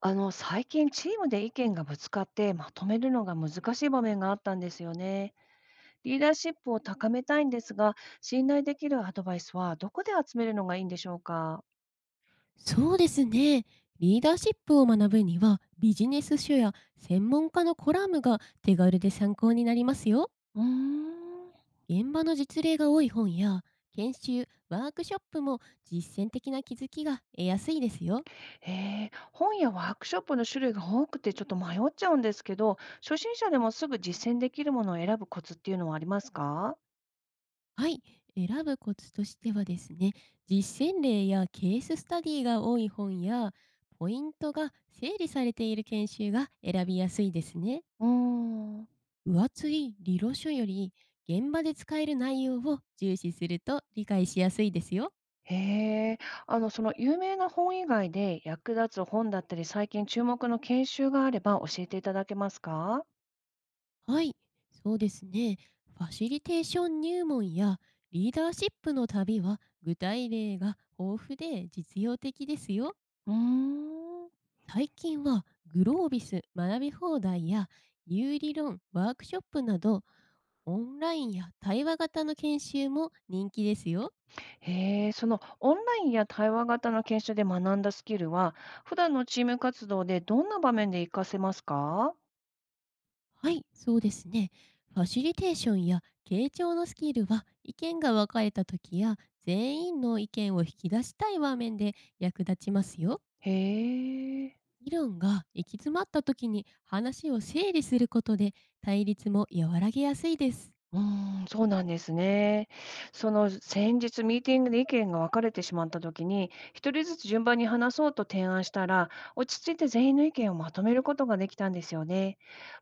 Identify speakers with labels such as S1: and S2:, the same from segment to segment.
S1: 最近チームで意見がぶつかってまとめるのが難しい場面があったんですよね。リーダーシップを高めたいんですが、信頼できるアドバイスはどこで集めるのがいいんでしょうか。
S2: そうですね。リーダーシップを学ぶには、ビジネス書や専門家のコラムが手軽で参考になりますよ。
S1: うーん。
S2: 現場の実例が多い本や、研修、ワークショップも実践的な気づきが得やすいですよ。
S1: 本やワークショップの種類が多くてちょっと迷っちゃうんですけど、初心者でもすぐ実践できるものを選ぶコツっていうのはありますか？
S2: はい。選ぶコツとしてはですね、実践例やケーススタディが多い本や、ポイントが整理されている研修が選びやすいですね。
S1: うーん。
S2: 分厚い理論書より現場で使える内容を重視すると理解しやすいですよ。
S1: へえ。その有名な本以外で役立つ本だったり、最近注目の研修があれば教えていただけますか？
S2: はい、そうですね。ファシリテーション入門やリーダーシップの旅は具体例が豊富で実用的ですよ。
S1: うーん。
S2: 最近はグロービス学び放題や有理論ワークショップなどオンラインや対話型の研修も人気ですよ。
S1: へえ、そのオンラインや対話型の研修で学んだスキルは、普段のチーム活動でどんな場面で活かせますか？
S2: はい、そうですね。ファシリテーションや傾聴のスキルは意見が分かれた時や全員の意見を引き出したい場面で役立ちますよ。
S1: へえ。
S2: 議論が行き詰まった時に話を整理することで対立も和らげやすいです。
S1: うーん、そうなんですね。先日ミーティングで意見が分かれてしまった時に、一人ずつ順番に話そうと提案したら、落ち着いて全員の意見をまとめることができたんですよね。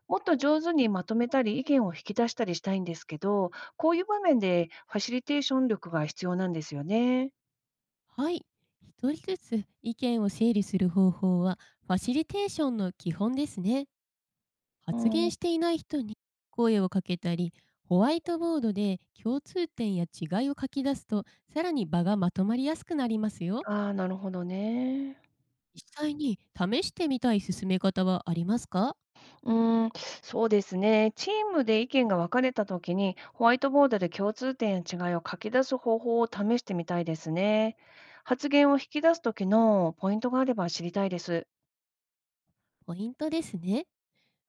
S1: もっと上手にまとめたり、意見を引き出したりしたいんですけど、こういう場面でファシリテーション力が必要なんですよね。
S2: はい、一人ずつ意見を整理する方法はファシリテーションの基本ですね。
S1: う
S2: 発
S1: ん、
S2: 言していない人に声をかけたり、ホワイトボードで共通点や違いを書き出すと、さらに場がまとまりやすくなりますよ。
S1: ああ、なるほどね。
S2: 実際に試してみたい進め方はありますか？
S1: うーん、そうですね。チームで意見が分かれた時に、ホワイトボードで共通点や違いを書き出す方法を試してみたいですね。発言を引き出す時のポイントがあれば知りたいです。
S2: ポイントですね。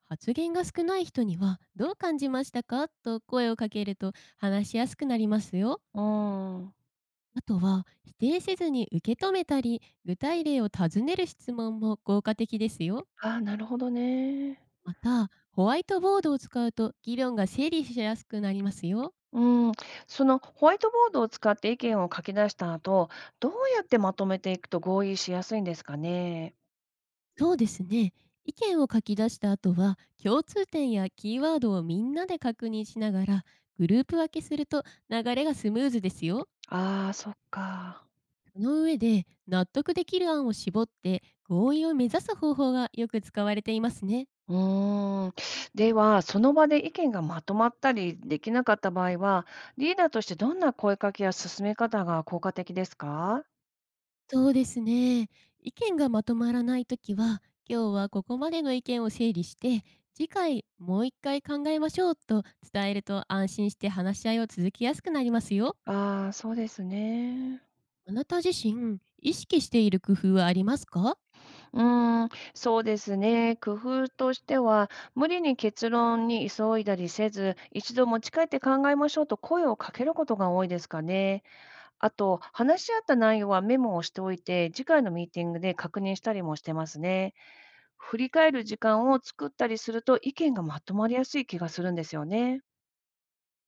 S2: 発言が少ない人にはどう感じましたかと声をかけると話しやすくなりますよ。
S1: うーん。
S2: あとは否定せずに受け止めたり具体例を尋ねる質問も効果的ですよ。
S1: ああ、なるほどね。
S2: また、ホワイトボードを使うと議論が整理しやすくなりますよ。
S1: うん。そのホワイトボードを使って意見を書き出した後、どうやってまとめていくと合意しやすいんですかね。
S2: そうですね。意見を書き出した後は、共通点やキーワードをみんなで確認しながら、グループ分けすると流れがスムーズですよ。
S1: ああ、そっか。
S2: その上で、納得できる案を絞って、合意を目指す方法がよく使われていますね。
S1: うーん。では、その場で意見がまとまったりできなかった場合は、リーダーとしてどんな声かけや進め方が効果的ですか？
S2: そうですね。意見がまとまらないときは、今日はここまでの意見を整理して、次回もう一回考えましょうと伝えると安心して話し合いを続けやすくなりますよ。
S1: ああ、そうですね。
S2: あなた自身、意識している工夫はありますか？
S1: うーん、そうですね。工夫としては、無理に結論に急いだりせず、一度持ち帰って考えましょうと声をかけることが多いですかね。あと、話し合った内容はメモをしておいて、次回のミーティングで確認したりもしてますね。振り返る時間を作ったりすると、意見がまとまりやすい気がするんですよね。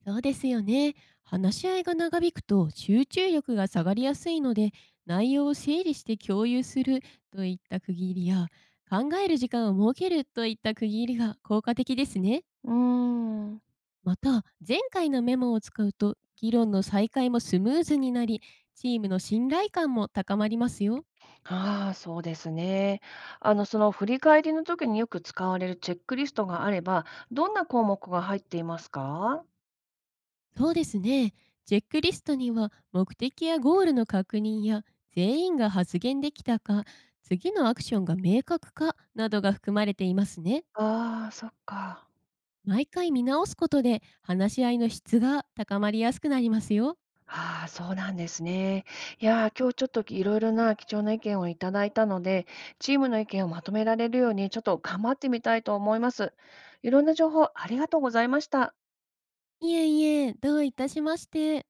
S2: そうですよね。話し合いが長引くと集中力が下がりやすいので、内容を整理して共有するといった区切りや、考える時間を設けるといった区切りが効果的ですね。
S1: うーん。
S2: また、前回のメモを使うと、議論の再開もスムーズになり、チームの信頼感も高まりますよ。
S1: ああ、そうですね。その振り返りの時によく使われるチェックリストがあれば、どんな項目が入っていますか？
S2: そうですね。チェックリストには、目的やゴールの確認や、全員が発言できたか、次のアクションが明確かなどが含まれていますね。
S1: ああ、そっか。
S2: 毎回見直すことで、話し合いの質が高まりやすくなりますよ。
S1: ああ、そうなんですね。いやー、今日ちょっといろいろな貴重な意見をいただいたので、チームの意見をまとめられるようにちょっと頑張ってみたいと思います。いろんな情報ありがとうございました。
S2: いえいえ、どういたしまして。